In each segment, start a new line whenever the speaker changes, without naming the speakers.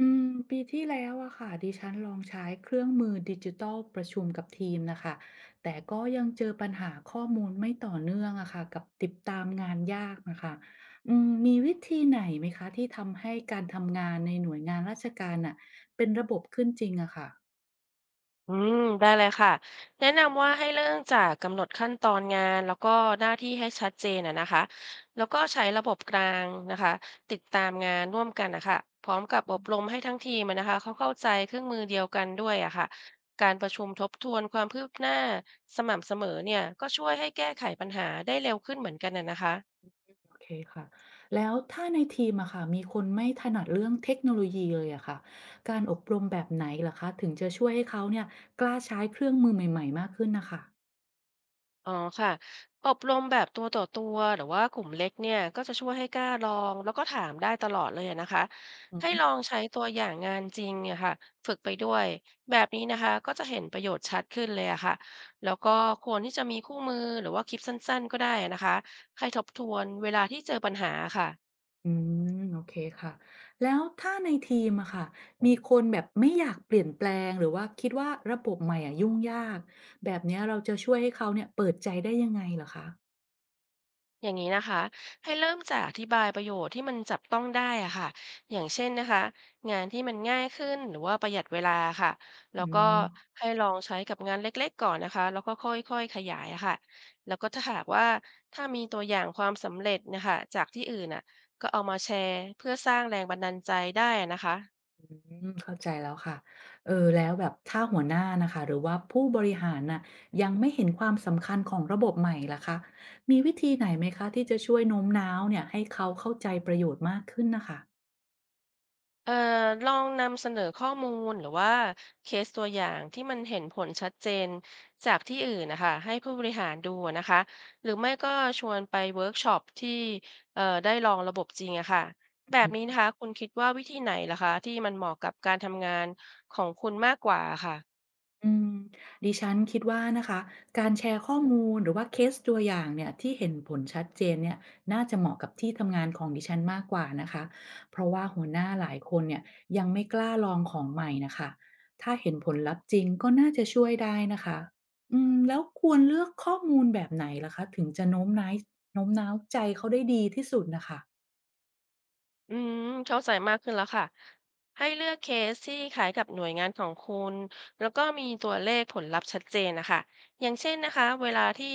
อืมปีที่แล้วอะค่ะดิฉันลองใช้เครื่องมือดิจิทัลประชุมกับทีมนะคะแต่ก็ยังเจอปัญหาข้อมูลไม่ต่อเนื่องอะค่ะกับติดตามงานยากนะคะมีวิธีไหนไหมคะที่ทำให้การทำงานในหน่วยงานราชการอะเป็นระบบขึ้นจริงอะค่ะ
อืมได้เลยค่ะแนะนำว่าให้เริ่มจากกำหนดขั้นตอนงานแล้วก็หน้าที่ให้ชัดเจนอะนะคะแล้วก็ใช้ระบบกลางนะคะติดตามงานร่วมกันนะคะพร้อมกับอบรมให้ทั้งทีมอะนะคะเขาเข้าใจเครื่องมือเดียวกันด้วยอะค่ะการประชุมทบทวนความคืบหน้าสม่ำเสมอเนี่ยก็ช่วยให้แก้ไขปัญหาได้เร็วขึ้นเหมือนกันนะคะ
โอเคค่ะแล้วถ้าในทีมอะค่ะมีคนไม่ถนัดเรื่องเทคโนโลยีเลยอะค่ะการอบรมแบบไหนล่ะคะถึงจะช่วยให้เขาเนี่ยกล้าใช้เครื่องมือใหม่ๆมากขึ้นนะคะ
อ๋อค่ะอบรมแบบตัวต่อตัวหรือว่ากลุ่มเล็กเนี่ยก็จะช่วยให้กล้าลองแล้วก็ถามได้ตลอดเลยอะนะคะ ให้ลองใช้ตัวอย่างงานจริงเนี่ยค่ะฝึกไปด้วยแบบนี้นะคะก็จะเห็นประโยชน์ชัดขึ้นเลยอะค่ะ แล้วก็ควรที่จะมีคู่มือหรือว่าคลิปสั้นๆก็ได้นะคะให้ทบทวนเวลาที่เจอปัญหาค่ะ
อืมโอเคค่ะแล้วถ้าในทีมอะค่ะมีคนแบบไม่อยากเปลี่ยนแปลงหรือว่าคิดว่าระบบใหม่อะยุ่งยากแบบเนี้ยเราจะช่วยให้เขาเนี่ยเปิดใจได้ยังไงเหรอคะ
อย่างนี้นะคะให้เริ่มจากอธิบายประโยชน์ที่มันจับต้องได้อะค่ะอย่างเช่นนะคะงานที่มันง่ายขึ้นหรือว่าประหยัดเวลาค่ะแล้
อื
วก็
ม
ให้ลองใช้กับงานเล็กๆก่อนนะคะแล้วก็ค่อยๆขยายอะค่ะแล้วก็ถ้าหากว่ามีตัวอย่างความสำเร็จนะคะจากที่อื่นน่ะก็เอามาแชร์เพื่อสร้างแรงบันดาลใจได้นะคะ
อืมเข้าใจแล้วค่ะเออแล้วแบบถ้าหัวหน้านะคะหรือว่าผู้บริหารน่ะยังไม่เห็นความสำคัญของระบบใหม่ล่ะคะมีวิธีไหนไหมคะที่จะช่วยโน้มน้าวเนี่ยให้เขาเข้าใจประโยชน์มากขึ้นนะคะ
เอ่อลองนำเสนอข้อมูลหรือว่าเคสตัวอย่างที่มันเห็นผลชัดเจนจากที่อื่นนะคะให้ผู้บริหารดูนะคะหรือไม่ก็ชวนไปเวิร์กช็อปที่ได้ลองระบบจริงอะค่ะแบบนี้นะคะคุณคิดว่าวิธีไหนล่ะคะที่มันเหมาะกับการทำงานของคุณมากกว่าค่ะ
อืมดิฉันคิดว่านะคะการแชร์ข้อมูลหรือว่าเคสตัวอย่างเนี่ยที่เห็นผลชัดเจนเนี่ยน่าจะเหมาะกับที่ทำงานของดิฉันมากกว่านะคะเพราะว่าหัวหน้าหลายคนเนี่ยยังไม่กล้าลองของใหม่นะคะถ้าเห็นผลลัพธ์จริงก็น่าจะช่วยได้นะคะแล้วควรเลือกข้อมูลแบบไหนล่ะคะถึงจะโน้มน้ายโน้มน้าวใจเขาได้ดีที่สุดนะคะ
อืมเข้าใจมากขึ้นแล้วค่ะให้เลือกเคสที่คล้ายกับหน่วยงานของคุณแล้วก็มีตัวเลขผลลัพธ์ชัดเจนนะคะอย่างเช่นนะคะเวลาที่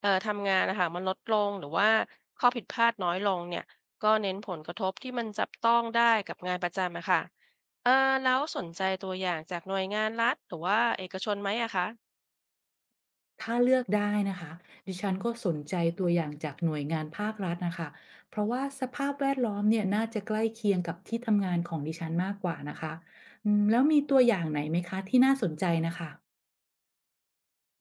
ทำงานนะคะมันลดลงหรือว่าข้อผิดพลาดน้อยลงเนี่ยก็เน้นผลกระทบที่มันจับต้องได้กับงานประจำอะค่ะเอ่อแล้วสนใจตัวอย่างจากหน่วยงานรัฐหรือว่าเอกชนไหมอะคะ
ถ้าเลือกได้นะคะดิฉันก็สนใจตัวอย่างจากหน่วยงานภาครัฐนะคะเพราะว่าสภาพแวดล้อมเนี่ยน่าจะใกล้เคียงกับที่ทำงานของดิฉันมากกว่านะคะแล้วมีตัวอย่างไหนไหมคะที่น่าสนใจนะคะ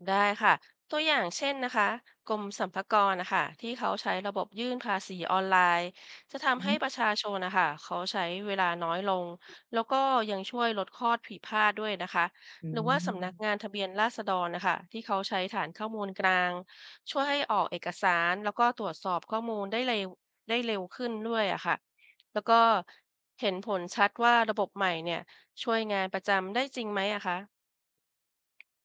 ได้ค่ะตัวอย่างเช่นนะคะกรมสรรพากรนะคะที่เขาใช้ระบบยื่นภาษีออนไลน์จะ
อื
ทำให้
ม
ประชาชนนะคะเขาใช้เวลาน้อยลงแล้วก็ยังช่วยลดข้อผิดพลาดด้วยนะคะ
อื
หรือว่าสำนักงาน
ม
ทะเบียนราษฎรนะคะที่เขาใช้ฐานข้อมูลกลางช่วยให้ออกเอกสารแล้วก็ตรวจสอบข้อมูลได้เร็วขึ้นด้วยอะค่ะแล้วก็เห็นผลชัดว่าระบบใหม่เนี่ยช่วยงานประจำได้จริงไหมอะคะ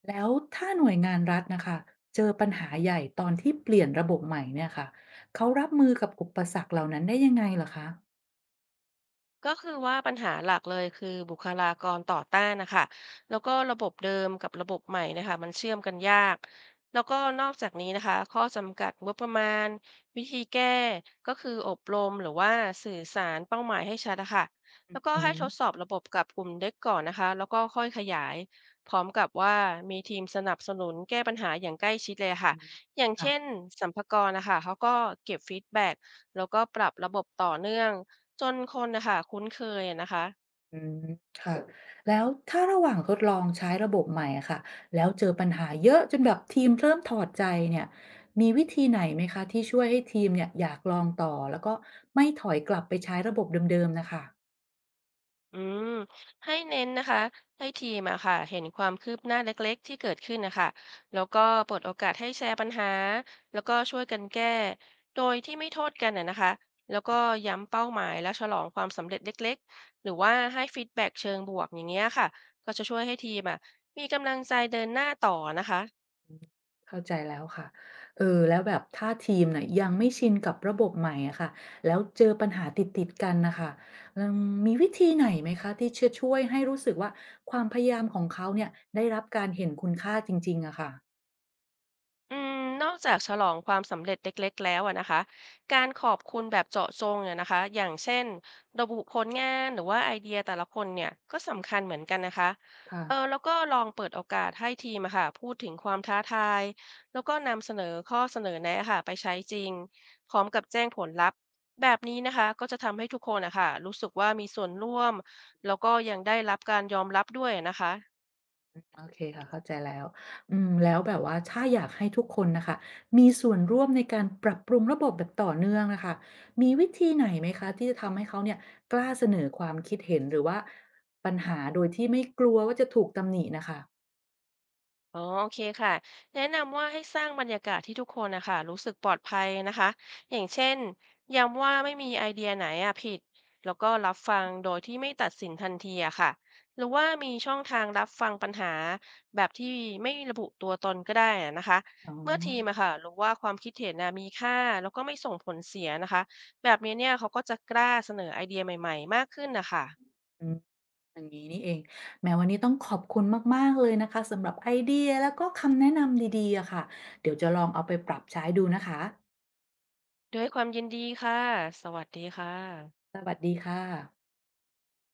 แล้วถ้าหน่วยงานรัฐนะคะเจอปัญหาใหญ่ตอนที่เปลี่ยนระบบใหม่เนี่ยค่ะเขารับมือกับอุปสรรคเหล่านั้นได้ยังไงเหรอคะ
ก็คือว่าปัญหาหลักเลยคือบุคลากรต่อต้านนะคะแล้วก็ระบบเดิมกับระบบใหม่นะคะมันเชื่อมกันยากแล้วก็นอกจากนี้นะคะข้อจำกัดงบประมาณวิธีแก้ก็คืออบรมหรือว่าสื่อสารเป้าหมายให้ชัดนะคะแล้วก็
อื
ให้ทดส
ม
อบระบบกับกลุ่มเล็กก่อนนะคะแล้วก็ค่อยขยายพร้อมกับว่ามีทีมสนับสนุนแก้ปัญหาอย่างใกล้ชิดเลยค่ะ
อืม
อย่าง
ค่ะ
เช่นสรรพากรนะคะเขาก็เก็บฟีดแบ็กแล้วก็ปรับระบบต่อเนื่อง จนคนนะคะคุ้นเคยอะนะคะ
อืมค่ะแล้วถ้าระหว่างทดลองใช้ระบบใหม่อะค่ะแล้วเจอปัญหาเยอะจนแบบทีมเริ่มถอดใจเนี่ยมีวิธีไหนไหมคะที่ช่วยให้ทีมเนี่ยอยากลองต่อแล้วก็ไม่ถอยกลับไปใช้ระบบเดิมๆนะคะ
อืมให้เน้นนะคะให้ทีมอะค่ะเห็นความคืบหน้าเล็กๆที่เกิดขึ้นนะคะแล้วก็เปิดโอกาสให้แชร์ปัญหาแล้วก็ช่วยกันแก้โดยที่ไม่โทษกันอะนะคะแล้วก็ย้ำเป้าหมายและฉลองความสำเร็จเล็กๆหรือว่าให้ฟีดแบ็กเชิงบวกอย่างเงี้ยค่ะก็จะช่วยให้ทีมอะมีกำลังใจเดินหน้าต่อนะคะ
เข้าใจแล้วค่ะเออแล้วแบบถ้าทีมเน่ยยังไม่ชินกับระบบใหม่อะค่ะแล้วเจอปัญหาติดๆกันนะคะอืมมีวิธีไหนไหมคะที่จะช่วยให้รู้สึกว่าความพยายามของเขาเนี่ยได้รับการเห็นคุณค่าจริงๆอะค่ะ
อืมนอกจากฉลองความสำเร็จเล็กๆแล้วอะนะคะการขอบคุณแบบเจาะจงเนี่ยนะคะอย่างเช่นระบุผลงานหรือว่าไอเดียแต่ละคนเนี่ยก็สำคัญเหมือนกันนะคะ
ค่ะ
เออแล้วก็ลองเปิดโอกาสให้ทีมอะค่ะพูดถึงความท้าทายแล้วก็นำเสนอข้อเสนอแนะค่ะไปใช้จริงพร้อมกับแจ้งผลลัพธ์แบบนี้นะคะก็จะทำให้ทุกคนนะคะรู้สึกว่ามีส่วนร่วมแล้วก็ยังได้รับการยอมรับด้วยนะคะ
โอเคค่ะเข้าใจแล้วแล้วแบบว่าถ้าอยากให้ทุกคนนะคะมีส่วนร่วมในการปรับปรุงระบบแบบต่อเนื่องนะคะมีวิธีไหนไหมคะที่จะทำให้เขาเนี่ยกล้าเสนอความคิดเห็นหรือว่าปัญหาโดยที่ไม่กลัวว่าจะถูกตำหนินะคะ
อ๋อโอเคค่ะแนะนำว่าให้สร้างบรรยากาศที่ทุกคนนะคะรู้สึกปลอดภัยนะคะอย่างเช่นย้ำว่าไม่มีไอเดียไหนอะผิดแล้วก็รับฟังโดยที่ไม่ตัดสินทันทีอะค่ะหรือว่ามีช่องทางรับฟังปัญหาแบบที่ไม่ระบุตัวตนก็ได้อะนะคะ
อ๋อ
เมื่อทีมอะค่ะรู้ว่าความคิดเห็นนะมีค่าแล้วก็ไม่ส่งผลเสียนะคะแบบนี้เนี่ยเขาก็จะกล้าเสนอไอเดียใหม่ๆมากขึ้นนะคะ
อืมอย่างนี้นี่เองแม้วันนี้ต้องขอบคุณมากๆเลยนะคะสำหรับไอเดียแล้วก็คำแนะนำดีๆอะค่ะเดี๋ยวจะลองเอาไปปรับใช้ดูนะคะ
ด้วยความยินดีค่ะสวัสดีค่ะ
สวัสดีค่ะ